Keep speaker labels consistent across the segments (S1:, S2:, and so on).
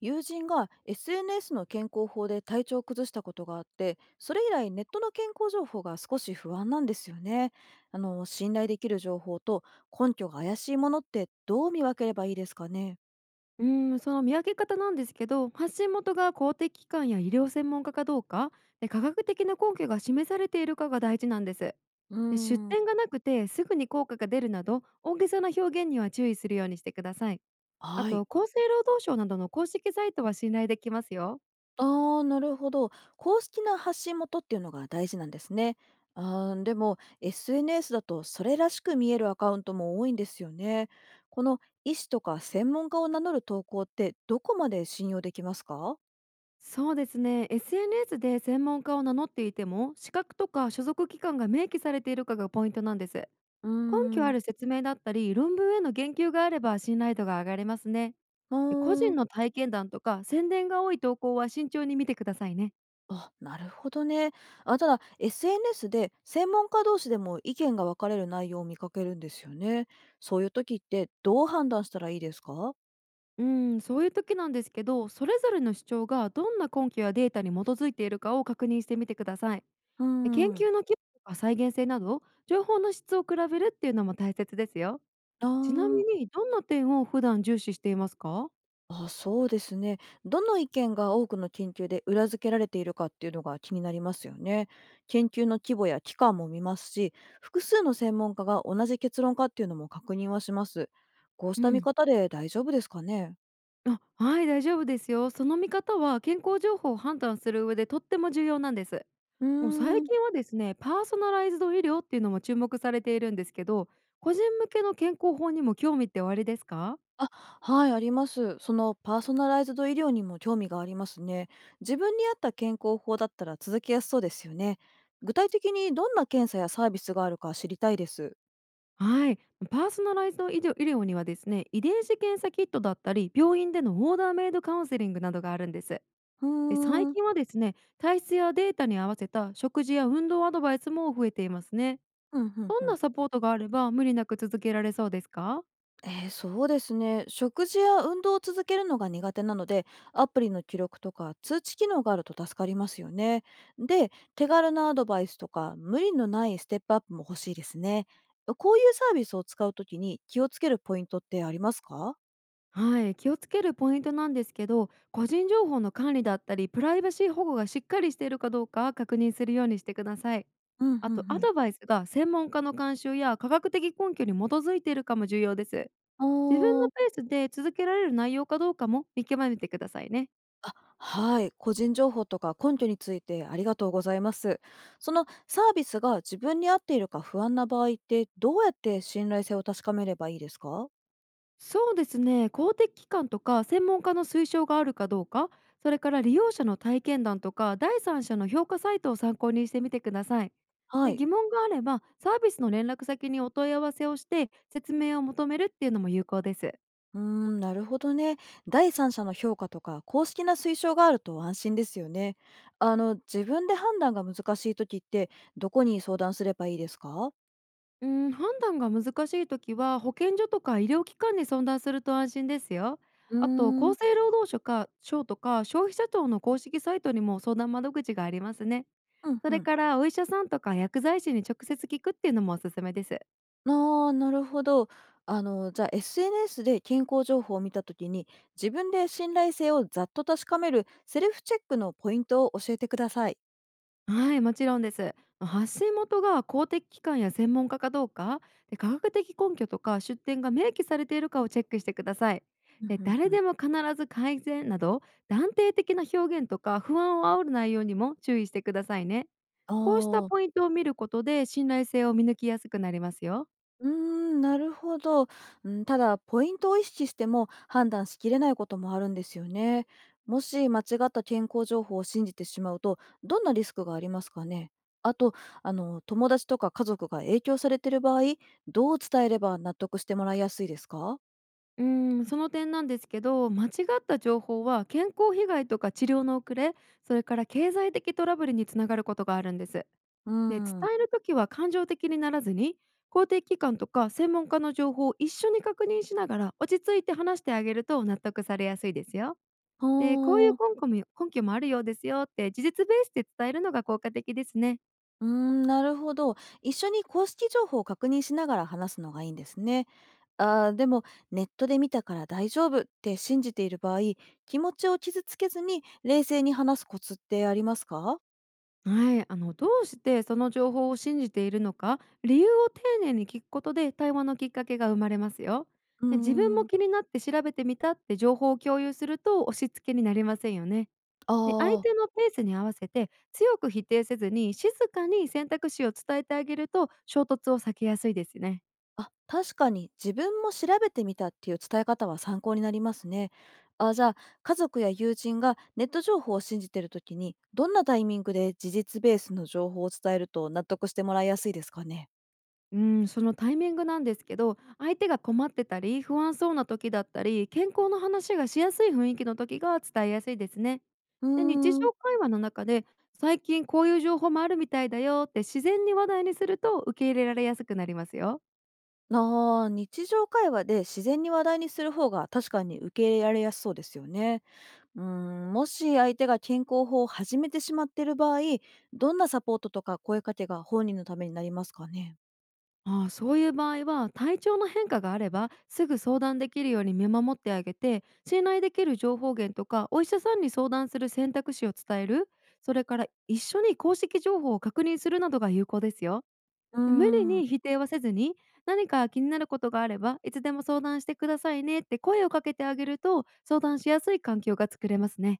S1: 友人が SNS の健康法で体調を崩したことがあって、それ以来ネットの健康情報が少し不安なんですよね。信頼できる情報と根拠が怪しいものってどう見分ければいいですかね？
S2: うーん、その見分け方なんですけど、発信元が公的機関や医療専門家かどうか、で科学的な根拠が示されているかが大事なんです。
S1: うー
S2: で出
S1: ん、
S2: 典がなくてすぐに効果が出るなど、大げさな表現には注意するようにしてください。あ
S1: は
S2: と、
S1: い。
S2: 厚生労働省などの公式サイトは信頼できますよ。
S1: あーなるほど。公式な発信元っていうのが大事なんですね。あーでも SNS だとそれらしく見えるアカウントも多いんですよね。この医師とか専門家を名乗る投稿ってどこまで信用できますか？
S2: そうですね、SNS で専門家を名乗っていても、資格とか所属機関が明記されているかがポイントなんです。根
S1: うー
S2: 拠あ
S1: ん、
S2: る説明だったり、論文への言及があれば信頼度が上がりますね。
S1: あ
S2: で個人の
S1: あ、
S2: 体験談とか宣伝が多い投稿は慎重に見てくださいね。
S1: あ、なるほどね。あ、ただ、SNS で専門家同士でも意見が分かれる内容を見かけるんですよね。そういう時ってどう判断したらいいですか？
S2: うん、そういう時なんですけど、それぞれの主張がどんな根拠やデータに基づいているかを確認してみてください。
S1: うー
S2: で研
S1: ん。
S2: 究の規模とか再現性など、情報の質を比べるっていうのも大切ですよ。
S1: あ
S2: ちなみに、どんな点を普段重視していますか？
S1: あ、そうですね。どの意見が多くの研究で裏付けられているかっていうのが気になりますよね。研究の規模や期間も見ますし、複数の専門家が同じ結論かっていうのも確認はします。こうし
S2: う
S1: た見
S2: ん。
S1: 方で大丈夫ですかね？
S2: あ、はい、大丈夫ですよ。その見方は健康情報を判断する上でとっても重要なんです。
S1: うー
S2: もう最
S1: ん。
S2: 近はですね、パーソナライズド医療っていうのも注目されているんですけど、個人向けの健康法にも興味っておありですか？
S1: あ、はい、あります。そのパーソナライズド医療にも興味がありますね。自分に合った健康法だったら続けやすそうですよね。具体的にどんな検査やサービスがあるか知りたいです。
S2: はい、パーソナライズド医療にはですね、遺伝子検査キットだったり、病院でのオーダーメイドカウンセリングなどがあるんです。
S1: う
S2: で最
S1: ーん、
S2: 近はですね、体質やデータに合わせた食事や運動アドバイスも増えていますね。
S1: うんうん
S2: どん
S1: う
S2: な
S1: ん。
S2: サポートがあれば無理なく続けられそうですか？
S1: そうですね。食事や運動を続けるのが苦手なので、アプリの記録とか通知機能があると助かりますよね。で、手軽なアドバイスとか無理のないステップアップも欲しいですね。こういうサービスを使うときに気をつけるポイントってありますか？
S2: はい、気をつけるポイントなんですけど、個人情報の管理だったりプライバシー保護がしっかりしているかどうか確認するようにしてください。
S1: うん、うん
S2: あ
S1: う
S2: とア
S1: ん。
S2: ドバイスが専門家の監修や科学的根拠に基づいているかも重要です。自分の
S1: お、
S2: ペースで続けられる内容かどうかも見極めてくださいね。
S1: あ、はい。個人情報とか根拠についてありがとうございます。そのサービスが自分に合っているか不安な場合って、どうやって信頼性を確かめればいいですか？
S2: そうですね、公的機関とか専門家の推奨があるかどうか、それから利用者の体験談とか第三者の評価サイトを参考にしてみてください。
S1: は
S2: で
S1: い。
S2: 疑問があればサービスの連絡先にお問い合わせをして説明を求めるっていうのも有効です。
S1: うーん、なるほどね。第三者の評価とか公式な推奨があると安心ですよね。あの、自分で判断が難しい時って、どこに相談すればいいですか？
S2: うん、判断が難しいときは保健所とか医療機関に相談すると安心ですよ。
S1: うー
S2: あと
S1: ん、
S2: 厚生労働省とか消費者庁の公式サイトにも相談窓口がありますね。
S1: うん
S2: そ
S1: う
S2: れ
S1: ん。
S2: からお医者さんとか薬剤師に直接聞くっていうのもおすすめです。
S1: ああ、なるほど。あの、じゃあ SNS で健康情報を見たときに、自分で信頼性をざっと確かめるセルフチェックのポイントを教えてください。
S2: はい、もちろんです。発信元が公的機関や専門家かどうか、で科学的根拠とか出典が明記されているかをチェックしてください。
S1: うん、
S2: で
S1: うんう
S2: 誰
S1: ん。
S2: でも必ず改善など断定的な表現とか不安を煽る内容にも注意してくださいね。
S1: あ
S2: こうした
S1: あ、
S2: ポイントを見ることで信頼性を見抜きやすくなりますよ。
S1: うーん、なるほど。うん、ただ、ポイントを意識しても判断しきれないこともあるんですよね。もし間違った健康情報を信じてしまうと、どんなリスクがありますかね。あと、あの、友達とか家族が影響されている場合、どう伝えれば納得してもらいやすいですか？
S2: うーん、その点なんですけど、間違った情報は健康被害とか治療の遅れ、それから経済的トラブルにつながることがあるんです。
S1: う
S2: で、伝
S1: ん。
S2: えるときは感情的にならずに、公的機関とか専門家の情報を一緒に確認しながら落ち着いて話してあげると納得されやすいですよ。で、こういう
S1: ほう。
S2: 根拠もあるようですよって事実ベースで伝えるのが効果的ですね。
S1: うん、なるほど。一緒に公式情報を確認しながら話すのがいいんですね。あーでも、ネットで見たから大丈夫って信じている場合、気持ちを傷つけずに冷静に話すコツってありますか？
S2: はい、あのどうしてその情報を信じているのか理由を丁寧に聞くことで対話のきっかけが生まれますよ。
S1: うー
S2: で自分も
S1: ん。
S2: 気になって調べてみたって情報を共有すると押し付けになりませんよね。
S1: あ
S2: で相手
S1: あ。
S2: のペースに合わせて強く否定せずに静かに選択肢を伝えてあげると衝突を避けやすいですね。
S1: あ、確かに自分も調べてみたっていう伝え方は参考になりますね。あ、じゃあ、家族や友人がネット情報を信じてるときに、どんなタイミングで事実ベースの情報を伝えると納得してもらいやすいですかね。
S2: うん、そのタイミングなんですけど、相手が困ってたり、不安そうな時だったり、健康の話がしやすい雰囲気の時が伝えやすいですね。
S1: う
S2: で、日
S1: ーん。
S2: 常会話の中で、最近こういう情報もあるみたいだよって自然に話題にすると受け入れられやすくなりますよ。
S1: あー、日常会話で自然に話題にする方が確かに受け入れられやすそうですよね。うーん、もし相手が健康法を始めてしまっている場合、どんなサポートとか声かけが本人のためになりますかね？
S2: ああ、そういう場合は体調の変化があればすぐ相談できるように見守ってあげて、信頼できる情報源とかお医者さんに相談する選択肢を伝える、それから一緒に公式情報を確認するなどが有効ですよ。
S1: うー
S2: 無理
S1: ん。
S2: に否定はせずに、何か気になることがあれば、いつでも相談してくださいねって声をかけてあげると、相談しやすい環境が作れますね。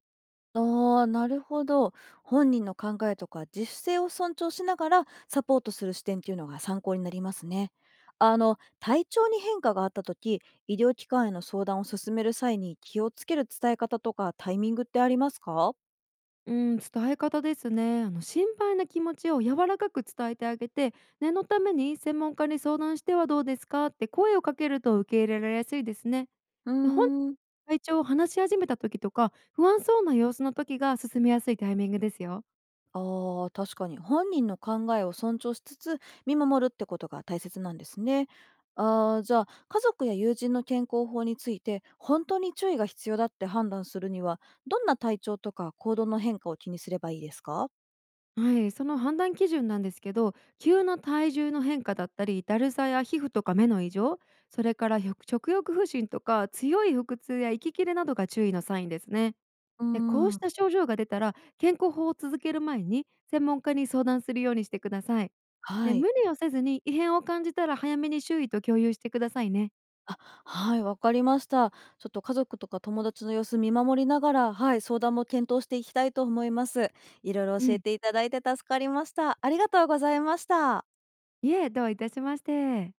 S1: ああ、なるほど。本人の考えとか自主性を尊重しながらサポートする視点っていうのが参考になりますね。あの、体調に変化があった時、医療機関への相談を進める際に気をつける伝え方とかタイミングってありますか？
S2: うん、伝え方ですね。あの心配な気持ちを柔らかく伝えてあげて、念のために専門家に相談してはどうですかって声をかけると受け入れられやすいですね。
S1: う
S2: 本人が
S1: ーん。
S2: 体調を話し始めた時とか、不安そうな様子の時が進みやすいタイミングですよ。
S1: ああ、確かに本人の考えを尊重しつつ見守るってことが大切なんですね。ああ、じゃあ家族や友人の健康法について本当に注意が必要だって判断するには、どんな体調とか行動の変化を気にすればいいですか？
S2: はい、その判断基準なんですけど、急な体重の変化だったりだるさや皮膚とか目の異常、それから食欲不振とか強い腹痛や息切れなどが注意のサインですね。
S1: うー
S2: でこうし
S1: ん、
S2: た症状が出たら健康法を続ける前に専門家に相談するようにしてください。
S1: は
S2: で無
S1: い。
S2: 理をせずに異変を感じたら早めに周囲と共有してくださいね。
S1: あ、はい、わかりました。ちょっと家族とか友達の様子見守りながら、はい、相談も検討していきたいと思います。いろいろ
S2: う
S1: 教え
S2: ん、
S1: ていただいて助かりました。ありがとうございました。
S2: いえどういたしまして。